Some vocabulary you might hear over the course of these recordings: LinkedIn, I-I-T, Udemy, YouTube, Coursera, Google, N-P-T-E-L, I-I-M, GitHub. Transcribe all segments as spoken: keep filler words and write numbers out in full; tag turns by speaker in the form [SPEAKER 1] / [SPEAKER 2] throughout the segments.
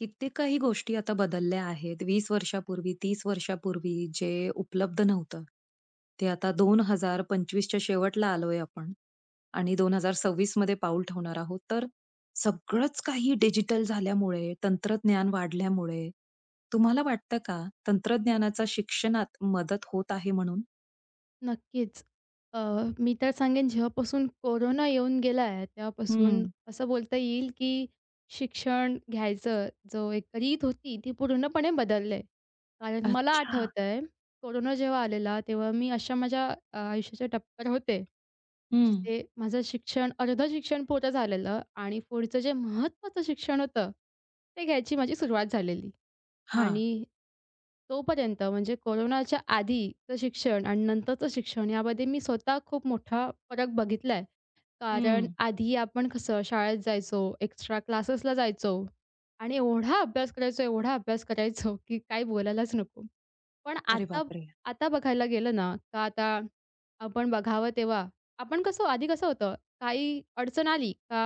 [SPEAKER 1] कित्येक काही गोष्टी आता बदलल्या आहेत. वीस वर्षापूर्वी, तीस वर्षापूर्वी जे उपलब्ध नव्हतं, ते आता दोन हजार पंचवीस च्या शेवटला आलोय आपण आणि दोन हजार सव्वीस मध्ये पाऊल ठेवणार आहोत. तर सगळंच काही डिजिटल झाल्यामुळे, तंत्रज्ञान वाढल्यामुळे, तुम्हाला वाटतं का तंत्रज्ञानाचा शिक्षणात मदत होत आहे म्हणून?
[SPEAKER 2] नक्कीच. अ, मी तर सांगेन जेव्हापासून कोरोना येऊन गेला आहे, तेव्हापासून
[SPEAKER 1] हं.
[SPEAKER 2] असं बोलता येईल, की शिक्षण घ्यायचं जो एक रीत होती, ती पूर्णपणे बदलली आहे. कारण मला
[SPEAKER 1] अच्छा.
[SPEAKER 2] आठवतंय, कोरोना जेव्हा आलेला, तेव्हा मी अशा माझ्या अ, आयुष्याच्या टप्प्यावर होते,
[SPEAKER 1] हं.
[SPEAKER 2] जिथे माझं शिक्षण अर्ध शिक्षण पूर्ण झालेलं आणि पुढचं जे महत्त्वाचं शिक्षण होतं, ते घ्यायची माझी सुरुवात झालेली.
[SPEAKER 1] हां.
[SPEAKER 2] आणि तोपर्यंत म्हणजे कोरोनाच्या आधीचं शिक्षण आणि नंतरचं शिक्षण यामध्ये मी स्वतः खूप मोठा फरक बघितला कारण
[SPEAKER 1] हं.
[SPEAKER 2] आधी आपण कसं शाळेत जायचो, एक्स्ट्रा क्लासेसला जायचो आणि एवढा अभ्यास करायचो, एवढा अभ्यास करायचो, की काही बोलायलाच नको. पण
[SPEAKER 1] अरे
[SPEAKER 2] आता
[SPEAKER 1] बापरे!
[SPEAKER 2] आता बघायला गेलं ना, तर आता आपण बघावं तेव्हा आपण कसं आधी कसं होतं, काही अडचण आली का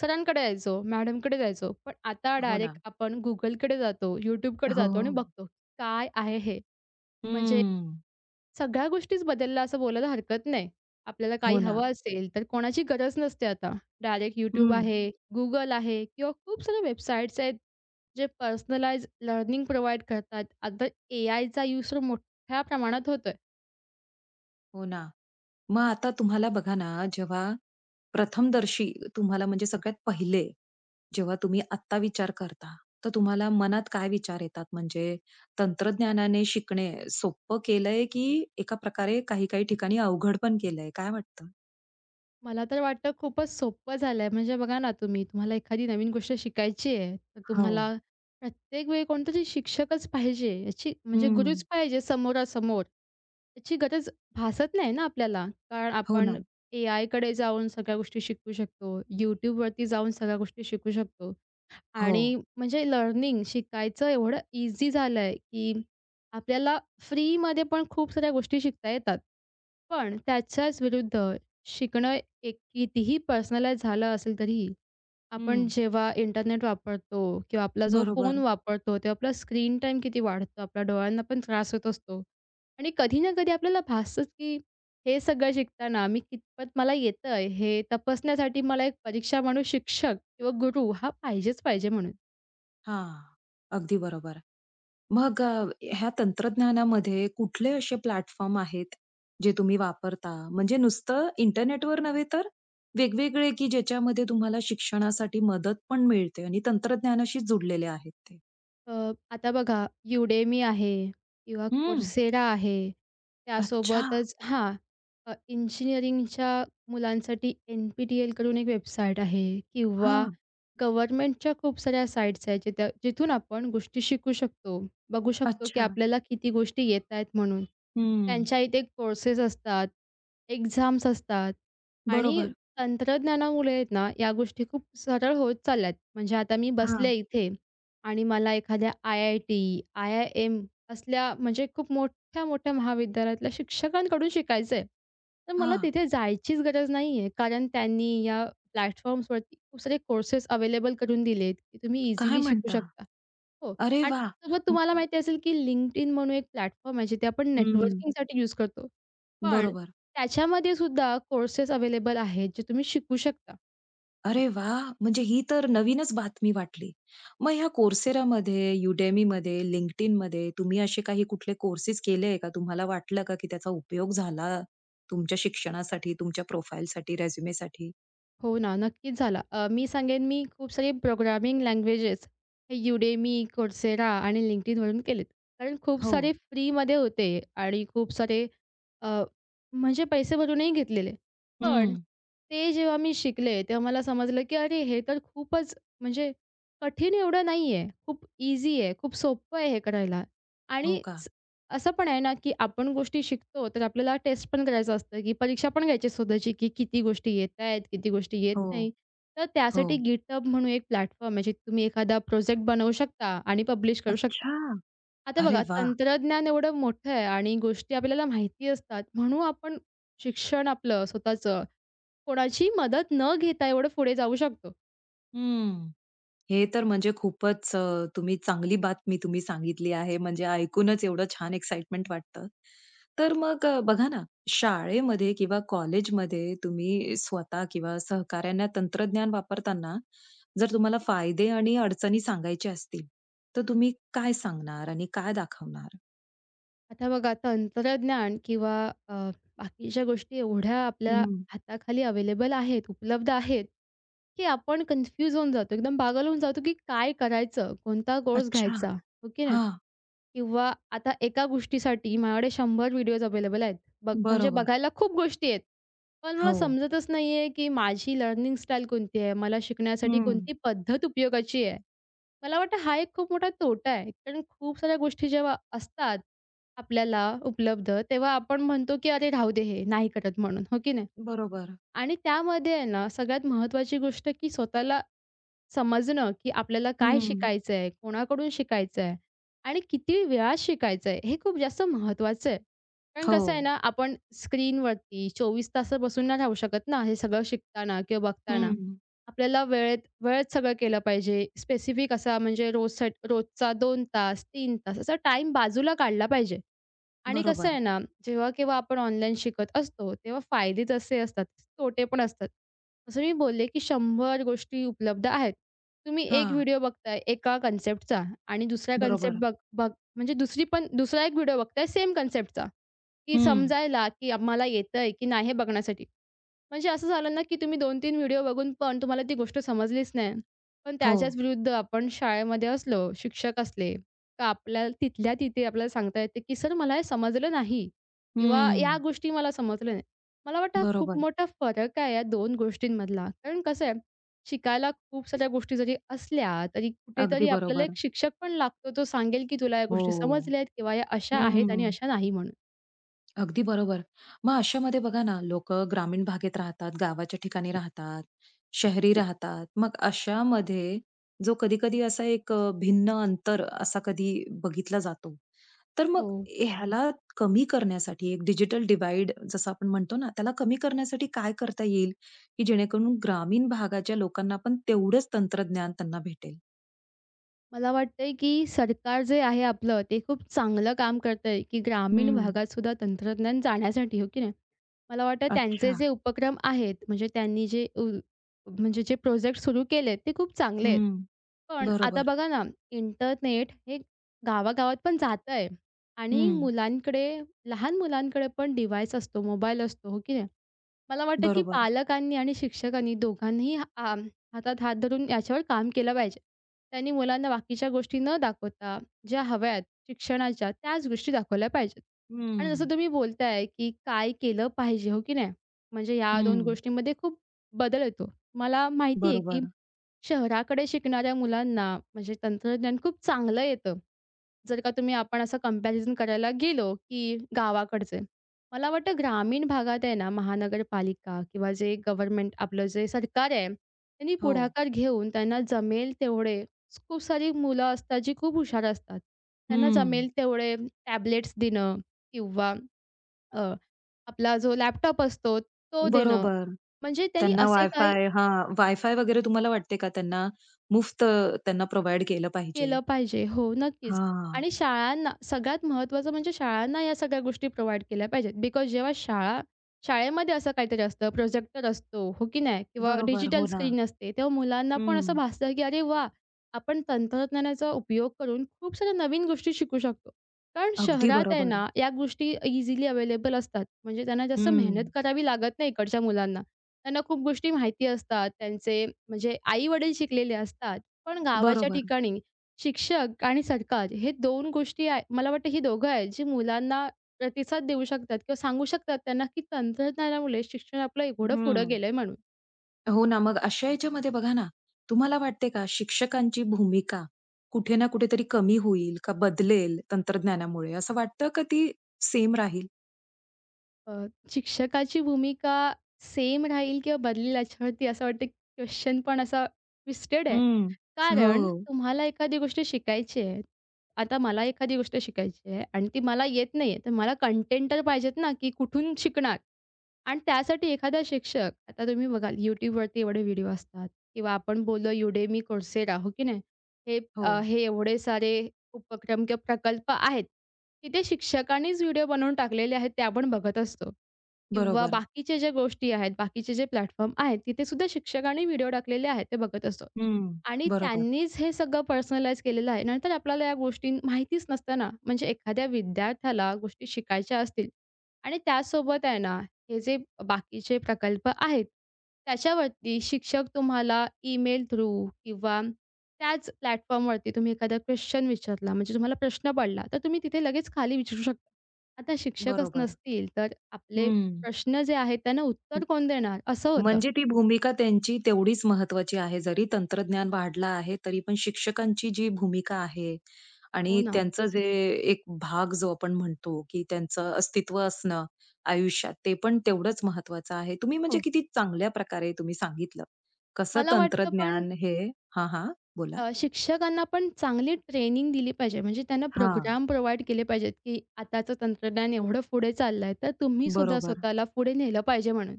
[SPEAKER 2] सरांकडे जायचो, मॅडमकडे जायचो. पण आता
[SPEAKER 1] हो
[SPEAKER 2] डायरेक्ट
[SPEAKER 1] ना.
[SPEAKER 2] आपण Googleकडे जातो, YouTubeकडे
[SPEAKER 1] हो.
[SPEAKER 2] जातो आणि बघतो, काय आहे हे? म्हणजे
[SPEAKER 1] हं.
[SPEAKER 2] सगळ्या गोष्टीच बदलल्या असं बोलायला हरकत नाही. आपल्याला काही
[SPEAKER 1] हो ना.
[SPEAKER 2] हवं असेल, तर कोणाची गरज नसते आता. डायरेक्ट YouTube
[SPEAKER 1] हं.
[SPEAKER 2] आहे, Google आहे किंवा खूप साऱ्या वेबसाईट्स आहेत, जे पर्सनलाइज्ड लर्निंग प्रोव्हाईड करतात. आता एआयचा यूज तर मोठ्या प्रमाणात होतोय.
[SPEAKER 1] हो ना. मग आता तुम्हाला बघा ना, जेव्हा प्रथमदर्शी तुम्हाला म्हणजे सगळ्यात पहिले, जेव्हा तुम्ही आत्ता विचार करता, तर तुम्हाला मनात काय विचार येतात? म्हणजे तंत्रज्ञानाने शिकणे सोपं केलंय, की एका प्रकारे काही-काही ठिकाणी अवघड पण केलंय? काय वाटतं?
[SPEAKER 2] मला तर वाटतं खूपच सोपं झालंय. म्हणजे बघा ना तुम्ही, तुम्हाला एखादी नवीन गोष्ट शिकायची आहे, तर
[SPEAKER 1] हो.
[SPEAKER 2] तुम्हाला प्रत्येक वेळी कोणतरी शिक्षकच पाहिजे. याची म्हणजे
[SPEAKER 1] हं.
[SPEAKER 2] गुरूच पाहिजे समोरासमोर. याची गरज भासत नाही ना आपल्याला. कारण
[SPEAKER 1] हो
[SPEAKER 2] आपण
[SPEAKER 1] ना.
[SPEAKER 2] एआयकडे जाऊन सगळ्या गोष्टी शिकू शकतो. YouTubeवरती जाऊन सगळ्या गोष्टी शिकू शकतो.
[SPEAKER 1] हो.
[SPEAKER 2] आणि म्हणजे लर्निंग शिकायचं एवढं ईझी झालंय, की आपल्याला फ्रीमध्ये पण खूप साऱ्या गोष्टी शिकता येतात. पण त्याच्याच विरुद्ध शिकणं एक कितीही पर्सनलाइज झालं असेल तरीही, आपण
[SPEAKER 1] हं.
[SPEAKER 2] जेव्हा इंटरनेट वापरतो किंवा आपला जो फोन
[SPEAKER 1] बरोबर.
[SPEAKER 2] वापरतो, तेव्हा आपला स्क्रीन टाईम किती वाढतो, आपल्या डोळ्यांना पण त्रास होत असतो. आणि कधी ना कधी आपल्याला भासतंच की हे सगळं शिकताना मी कितपत मला येतंय हे तपासण्यासाठी मला एक परीक्षा म्हणून शिक्षक किंवा गुरु हा पाहिजेच पाहिजे म्हणून.
[SPEAKER 1] हां. अगदी बरोबर. मग अ, ह्या तंत्रज्ञानामध्ये कुठले असे प्लॅटफॉर्म आहेत, जे तुम्ही वापरता? म्हणजे नुसतं इंटरनेटवर नव्हे तर वेगवेगळे, की ज्याच्यामध्ये तुम्हाला शिक्षणासाठी मदत पण मिळते आणि तंत्रज्ञानाशी जुडलेले आहेत ते?
[SPEAKER 2] अ, आता बघा Udemy आहे किंवा
[SPEAKER 1] हं.
[SPEAKER 2] Coursera आहे.
[SPEAKER 1] अच्छा.
[SPEAKER 2] त्यासोबतच हां, अ, इंजिनिअरिंगच्या मुलांसाठी एन-पी-टी-एल कडून एक वेबसाईट आहे किंवा
[SPEAKER 1] हां.
[SPEAKER 2] गव्हर्नमेंटच्या खूप साऱ्या साइट्स आहेत जिथं जिथून आपण गोष्टी शिकू शकतो. बघू शकतो की
[SPEAKER 1] अच्छा.
[SPEAKER 2] आपल्याला किती गोष्टी येत आहेत म्हणून.
[SPEAKER 1] हं.
[SPEAKER 2] त्यांच्या इथे कोर्सेस असतात, एक्झाम्स असतात आणि
[SPEAKER 1] बरोबर.
[SPEAKER 2] तंत्रज्ञानामुळे आहेत ना, या गोष्टी खूप सरळ होत चालल्या म्हणजे आता मी बसले
[SPEAKER 1] हां.
[SPEAKER 2] इथे आणि मला एखाद्या आय-आय-टी, आय-आय-एम असल्या म्हणजे खूप मोठ्या-मोठ्या महाविद्यालयातल्या शिक्षकांकडून शिकायचं आहे. तर मला
[SPEAKER 1] हां.
[SPEAKER 2] तिथे जायचीच गरज नाहीये, कारण त्यांनी या प्लॅटफॉर्म्सवरती खूप सारे कोर्सेस अवेलेबल करून दिलेत, की तुम्ही
[SPEAKER 1] काय
[SPEAKER 2] इझिली शिकू
[SPEAKER 1] म्हणता?
[SPEAKER 2] शकता. हो.
[SPEAKER 1] अरे
[SPEAKER 2] आणि
[SPEAKER 1] वाह!
[SPEAKER 2] त्यासोबत तुम्हाला माहिती असेल, की LinkedIn म्हणून एक प्लॅटफॉर्म आहे, जिथे आपण
[SPEAKER 1] हं.
[SPEAKER 2] नेटवर्किंगसाठी यूज करतो. पण
[SPEAKER 1] बरोबर.
[SPEAKER 2] त्याच्यामध्ये सुद्धा कोर्सेस अवेलेबल आहेत, जे तुम्ही शिकू शकता.
[SPEAKER 1] अरे वाह! म्हणजे ही तर नवीनच बातमी वाटली. मग ह्या Courseraमध्ये, Udemyमध्ये, LinkedInमध्ये तुम्ही असे काही कुठले कोर्सेस केले आहे का? तुम्हाला वाटलं का, की त्याचा उपयोग झाला तुमच्या शिक्षणासाठी, तुमच्या प्रोफाइलसाठी, रिझ्यूमसाठी?
[SPEAKER 2] हो ना, नक्कीच झाला. अ, मी सांगेन मी खूप सारे प्रोग्रामिंग लँग्वेजेस हे Udemy, Coursera आणि LinkedInवरून केलेत. कारण खूप
[SPEAKER 1] हो.
[SPEAKER 2] सारे फ्रीमध्ये होते आणि खूप सारे अ, म्हणजे पैसे भरूनही घेतलेले. पण
[SPEAKER 1] हं.
[SPEAKER 2] ते जेव्हा मी शिकले, तेव्हा मला समजलं, की अरे हे तर खूपच म्हणजे कठीण एवढं नाही आहे. खूप ईझी आहे. खूप सोपं आहे हे करायला. आणि
[SPEAKER 1] हो का?
[SPEAKER 2] स असं पण आहे ना, की आपण गोष्टी शिकतो, तर आपल्याला टेस्ट पण करायचं असतं, की परीक्षा पण घ्यायची आहे स्वतःची, की किती गोष्टी येतायत, किती गोष्टी येत
[SPEAKER 1] हो.
[SPEAKER 2] नाही. तर त्यासाठी
[SPEAKER 1] हो.
[SPEAKER 2] GitHub म्हणून एक प्लॅटफॉर्म आहे, जे तुम्ही एखादा प्रोजेक्ट बनवू शकता आणि पब्लिश करू शकता.
[SPEAKER 1] अच्छा!
[SPEAKER 2] आता
[SPEAKER 1] अरे
[SPEAKER 2] बघा,
[SPEAKER 1] वाह!
[SPEAKER 2] तंत्रज्ञान एवढं मोठं आहे आणि गोष्टी आपल्याला माहिती असतात. म्हणून आपण शिक्षण आपलं स्वतःचं कोणाची मदत न घेता एवढं पुढे जाऊ शकतो.
[SPEAKER 1] हं. हे तर म्हणजे खूपच अ, तुम्ही चांगली बातमी तुम्ही सांगितली आहे. म्हणजे ऐकूनच एवढं छान एक्साइटमेंट वाटतं. तर मग अ, बघा ना, शाळेमध्ये किंवा कॉलेजमध्ये तुम्ही स्वतः किंवा सहकाऱ्यांना तंत्रज्ञान वापरताना जर तुम्हाला फायदे आणि अडचणी सांगायचे असतील, तर तुम्ही काय सांगणार आणि काय दाखवणार?
[SPEAKER 2] आता बघा तंत्रज्ञान किंवा अ, बाकीच्या गोष्टी एवढ्या आपल्या
[SPEAKER 1] हं.
[SPEAKER 2] हाताखाली अवेलेबल आहेत, उपलब्ध आहेत, की आपण कन्फ्यूज होऊन जातो. एकदम पागल होऊन जातो, की काय करायचं? कोणता कोर्स
[SPEAKER 1] अच्छा.
[SPEAKER 2] घ्यायचा? हो की
[SPEAKER 1] हां.
[SPEAKER 2] किंवा आता एका गोष्टीसाठी माझ्याकडे शंभर व्हिडिओज अवेलेबल आहेत. बघ म्हणजे
[SPEAKER 1] बरोबर.
[SPEAKER 2] बघायला खूप गोष्टी आहेत. पण मला
[SPEAKER 1] हो.
[SPEAKER 2] समजतच नाहीये, की माझी लर्निंग स्टाईल कोणती आहे? मला शिकण्यासाठी
[SPEAKER 1] हं.
[SPEAKER 2] कोणती पद्धत उपयोगाची आहे? मला वाटतं हा एक खूप मोठा तोटा आहे. कारण खूप साऱ्या गोष्टी जेव्हा असतात आपल्याला उपलब्ध, तेव्हा आपण म्हणतो, की "अरे राहू दे हे, नाही करत म्हणून." हो की नाही?
[SPEAKER 1] बरोबर.
[SPEAKER 2] आणि त्यामध्ये आहे ना सगळ्यात महत्त्वाची गोष्ट, की स्वतःला समजणं, की आपल्याला काय
[SPEAKER 1] हं.
[SPEAKER 2] शिकायचं आहे, कोणाकडून शिकायचं आहे आणि किती वेळा शिकायचं आहे, हे खूप जास्त महत्त्वाचं आहे. कारण
[SPEAKER 1] हो.
[SPEAKER 2] कसं आहे ना, आपण स्क्रीनवरती चोवीस तास बसून नाही राहू शकत ना, हे सगळं शिकताना किंवा बघताना.
[SPEAKER 1] हं.
[SPEAKER 2] आपल्याला वेळेत वेळेत सगळं केलं पाहिजे. स्पेसिफिक असा म्हणजे रोजसाठी रोजचा दोन तास, तीन तास असा टाईम बाजूला काढला पाहिजे. आणि कसं
[SPEAKER 1] बरोबर.
[SPEAKER 2] आहे ना, जेव्हा-केव्हा आपण ऑनलाईन शिकत असतो, तेव्हा फायदे तसे असतात, तोटे पण असतात. जसं मी बोलले, की शंभर गोष्टी उपलब्ध आहेत. तुम्ही एक
[SPEAKER 1] हां.
[SPEAKER 2] व्हिडिओ बघताय एका कन्सेप्टचा आणि दुसरा कन्सेप्ट
[SPEAKER 1] बरोबर.
[SPEAKER 2] बघ बघ म्हणजे दुसरी पण दुसरा एक व्हिडिओ बघताय सेम कन्सेप्टचा, की
[SPEAKER 1] हं.
[SPEAKER 2] समजायला, की आम्हाला येतंय की नाही हे बघण्यासाठी. म्हणजे असं झालं ना, की तुम्ही दोन तीन व्हिडिओ बघून पण तुम्हाला ती गोष्ट समजलीच नाही. पण
[SPEAKER 1] हो.
[SPEAKER 2] त्याच्याच विरुद्ध आपण शाळेमध्ये असलो, शिक्षक असले, तर आपल्याला तिथल्या तिथे आपल्याला सांगता येते, की "सर मला हे समजलं नाही" किंवा "या
[SPEAKER 1] हम्म,
[SPEAKER 2] गोष्टी मला समजल्या नाही." मला वाटतं हा खूप
[SPEAKER 1] बरोबर.
[SPEAKER 2] मोठा फरक आहे या दोन गोष्टींमधला. कारण कसं आहे, शिकायला खूप साऱ्या गोष्टी जरी असल्या, तरी
[SPEAKER 1] अगदी
[SPEAKER 2] कुठेतरी आपल्याला
[SPEAKER 1] बरोबर.
[SPEAKER 2] एक शिक्षक पण लागतो, तो सांगेल, की "तुला या गोष्टी
[SPEAKER 1] हो.
[SPEAKER 2] समजल्या आहेत किंवा या अशा आहेत आणि
[SPEAKER 1] हम्म,
[SPEAKER 2] अशा नाही" म्हणून.
[SPEAKER 1] अगदी बरोबर. मग अशामध्ये बघा ना, लोकं ग्रामीण भागात राहतात, गावाच्या ठिकाणी राहतात, शहरी राहतात. मग अशामध्ये जो कधी-कधी असा एक अ, भिन्न अंतर असा कधी बघितला जातो. तर मग
[SPEAKER 2] हो.
[SPEAKER 1] ह्याला कमी करण्यासाठी एक डिजिटल डिव्हाईड जसं आपण म्हणतो ना, त्याला कमी करण्यासाठी काय करता येईल, की जेणेकरून ग्रामीण भागाच्या लोकांना पण तेवढंच तंत्रज्ञान त्यांना भेटेल?
[SPEAKER 2] मला वाटतंय की सरकार जे आहे आपलं, ते खूप चांगलं काम करतंय, की ग्रामीण
[SPEAKER 1] हं.
[SPEAKER 2] भागात सुद्धा तंत्रज्ञान जाण्यासाठी, हो की नाही? मला वाटतं त्यांचे
[SPEAKER 1] अच्छा.
[SPEAKER 2] जे उपक्रम आहेत, म्हणजे त्यांनी जे उ म्हणजे जे प्रोजेक्ट सुरू केलेत, ते खूप चांगले आहेत.
[SPEAKER 1] हं.
[SPEAKER 2] पण आता
[SPEAKER 1] बरोबर.
[SPEAKER 2] बघा ना, इंटरनेट हे गावागावात पण जातं आहे आणि
[SPEAKER 1] हं.
[SPEAKER 2] मुलांकडे, लहान मुलांकडे पण डिव्हाइस असतो, मोबाईल असतो, हो की नाही? मला वाटतं की
[SPEAKER 1] बरोबर.
[SPEAKER 2] पालकांनी आणि शिक्षकांनी दोघांनीही आ, हातात हात धरून याच्यावर काम केलं पाहिजे. त्यांनी मुलांना बाकीच्या गोष्टी न दाखवता, ज्या हव्या आहेत शिक्षणाच्या, त्याच गोष्टी दाखवल्या पाहिजेत. आणि
[SPEAKER 1] हं.
[SPEAKER 2] जसं तुम्ही बोलताय की काय केलं पाहिजे, हो की नाही? म्हणजे या दोन
[SPEAKER 1] हं.
[SPEAKER 2] गोष्टींमध्ये खूप बदल येतो. मला माहिती आहे की
[SPEAKER 1] बरोबर.
[SPEAKER 2] शहराकडे शिकणाऱ्या मुलांना म्हणजे तंत्रज्ञान खूप चांगलं येतं. जर का तुम्ही आपण असं कंपॅरिझन करायला गेलो की गावाकडचे मला वाटतं ग्रामीण भागात आहे ना, महानगरपालिका किंवा जे गव्हर्नमेंट आपलं जे सरकार आहे, त्यांनी
[SPEAKER 1] हो.
[SPEAKER 2] पुढाकार घेऊन त्यांना जमेल तेवढे खूप सारी मुलं असतात, जी खूप हुशार असतात. त्यांना जमेल
[SPEAKER 1] हं.
[SPEAKER 2] तेवढे टॅबलेट्स देणं किंवा अ, आपला जो लॅपटॉप असतो तो देणं.
[SPEAKER 1] बरोबर.
[SPEAKER 2] म्हणजे त्यांनी
[SPEAKER 1] त्यांना
[SPEAKER 2] असे काही
[SPEAKER 1] वायफाय हां, वायफाय वगैरे तुम्हाला वाटते का त्यांना मुफ्त त्यांना प्रोव्हाईड केलं पाहिजे?
[SPEAKER 2] केलं पाहिजे. हो, नक्कीच.
[SPEAKER 1] हां.
[SPEAKER 2] आणि शाळांना सगळ्यात महत्त्वाचं म्हणजे शाळांना या सगळ्या गोष्टी प्रोव्हाईड केल्या पाहिजेत. बिकॉज जेव्हा शाळा शाळेमध्ये असं काहीतरी असतं, प्रोजेक्टर असतो, हो की नाही? किंवा
[SPEAKER 1] बरोबर.
[SPEAKER 2] डिजिटल
[SPEAKER 1] हो ना.
[SPEAKER 2] स्क्रीन असते, तेव्हा मुलांना पण असं
[SPEAKER 1] हं.
[SPEAKER 2] भासतं, की "अरे वाह! आपण तंत्रज्ञानाचा उपयोग करून खूप साऱ्या नवीन गोष्टी शिकू शकतो." कारण
[SPEAKER 1] अगदी
[SPEAKER 2] शहरात आहे
[SPEAKER 1] बरोबर.
[SPEAKER 2] ना, या गोष्टी इझिली अवेलेबल असतात. म्हणजे त्यांना जास्त मेहनत
[SPEAKER 1] हं.
[SPEAKER 2] करावी लागत नाही इकडच्या मुलांना. त्यांना खूप गोष्टी माहिती असतात. त्यांचे म्हणजे आई-वडील शिकलेले असतात. पण गावाच्या
[SPEAKER 1] बरोबर.
[SPEAKER 2] ठिकाणी शिक्षक आणि सरकार हे दोन गोष्टी आहे मला वाटतं ही दोघं आहेत, जी मुलांना प्रतिसाद देऊ शकतात किंवा सांगू शकतात त्यांना, की तंत्रज्ञानामुळे शिक्षण आपलं एवढं
[SPEAKER 1] हं.
[SPEAKER 2] पुढं गेलंय म्हणून.
[SPEAKER 1] हो ना. मग अशा याच्यामध्ये बघा ना, तुम्हाला वाटते का शिक्षकांची भूमिका कुठे ना कुठेतरी कमी होईल का बदलेल तंत्रज्ञानामुळे असं वाटतं का ती सेम राहील?
[SPEAKER 2] अ, शिक्षकाची भूमिका सेम राहील किंवा बदलेल याच्यावरती असं वाटतं क्वेश्चन पण असा ट्विस्टेड आहे.
[SPEAKER 1] हं. हो,
[SPEAKER 2] कारण
[SPEAKER 1] हो.
[SPEAKER 2] तुम्हाला एखादी गोष्ट शिकायची आहे. आता मला एखादी गोष्ट शिकायची आहे आणि ती मला येत नाहीये, तर मला कंटेंट तर पाहिजेत ना, की कुठून शिकणार? आणि त्यासाठी एखादा शिक्षक आता तुम्ही बघाल YouTubeवरती एवढे व्हिडिओ असतात किंवा आपण बोललो Udemy, Coursera हो की नाही? हे
[SPEAKER 1] हो.
[SPEAKER 2] अ, हे एवढे सारे उपक्रम किंवा प्रकल्प आहेत, की ते शिक्षकांनीच व्हिडिओ बनवून टाकलेले आहेत ते आपण बघत असतो. किंवा
[SPEAKER 1] बरोबर.
[SPEAKER 2] बाकीच्या ज्या गोष्टी आहेत, बाकीचे जे प्लॅटफॉर्म आहेत, तिथे सुद्धा शिक्षकांनी व्हिडिओ टाकलेले आहेत ते बघत असतो.
[SPEAKER 1] हं.
[SPEAKER 2] आणि
[SPEAKER 1] बरोबर,
[SPEAKER 2] त्यांनीच हे सगळं पर्सनलाईज केलेलं आहे. नाहीतर आपल्याला या गोष्टी माहितीच नसतं म्हणजे एखाद्या विद्यार्थ्याला गोष्टी शिकायच्या असतील आणि त्यासोबत आहे ना हे जे बाकीचे प्रकल्प आहेत, त्याच्यावरती शिक्षक तुम्हाला ईमेल थ्रू किंवा त्याच प्लॅटफॉर्मवरती तुम्ही एखादा क्वेशन विचारला, म्हणजे तुम्हाला प्रश्न पडला, तर तुम्ही तिथे लगेच खाली विचारू शकता. आता शिक्षकच
[SPEAKER 1] बरोबर.
[SPEAKER 2] नसतील, तर आपले
[SPEAKER 1] हं.
[SPEAKER 2] प्रश्न जे आहेत त्यांना
[SPEAKER 1] म
[SPEAKER 2] उत्तर कोण देणार? असं होतं.
[SPEAKER 1] म्हणजे ती भूमिका त्यांची तेवढीच महत्त्वाची आहे. जरी तंत्रज्ञान वाढलं आहे, तरी पण शिक्षकांची जी भूमिका आहे
[SPEAKER 2] हो
[SPEAKER 1] आणि
[SPEAKER 2] ना.
[SPEAKER 1] त्यांचं जे एक भाग जो आपण म्हणतो, की त्यांचं अस्तित्व असणं आयुष्यात, ते पण तेवढंच महत्त्वाचं आहे. तुम्ही म्हणजे
[SPEAKER 2] हो.
[SPEAKER 1] किती चांगल्या प्रकारे तुम्ही सांगितलं. कसं
[SPEAKER 2] मला वाटतं पण
[SPEAKER 1] तंत्रज्ञान हे हां, हां. बोला.
[SPEAKER 2] अ, शिक्षकांना पण चांगली ट्रेनिंग दिली पाहिजे. म्हणजे त्यांना
[SPEAKER 1] हां.
[SPEAKER 2] प्रोग्राम प्रोव्हाईड केले पाहिजेत, की आताचं तंत्रज्ञान एवढं पुढे चाललंय, तर तुम्हीसुद्धा
[SPEAKER 1] बरोबर.
[SPEAKER 2] स्वतःला पुढे नेलं पाहिजे म्हणून.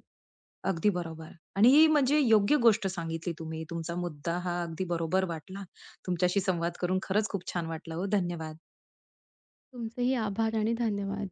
[SPEAKER 1] अगदी बरोबर. आणि ही म्हणजे योग्य गोष्ट सांगितली तुम्ही. तुमचा मुद्दा हा अगदी बरोबर वाटला. तुमच्याशी संवाद करून खरंच खूप छान वाटला हो. धन्यवाद.
[SPEAKER 2] तुमचेही आभार आणि धन्यवाद.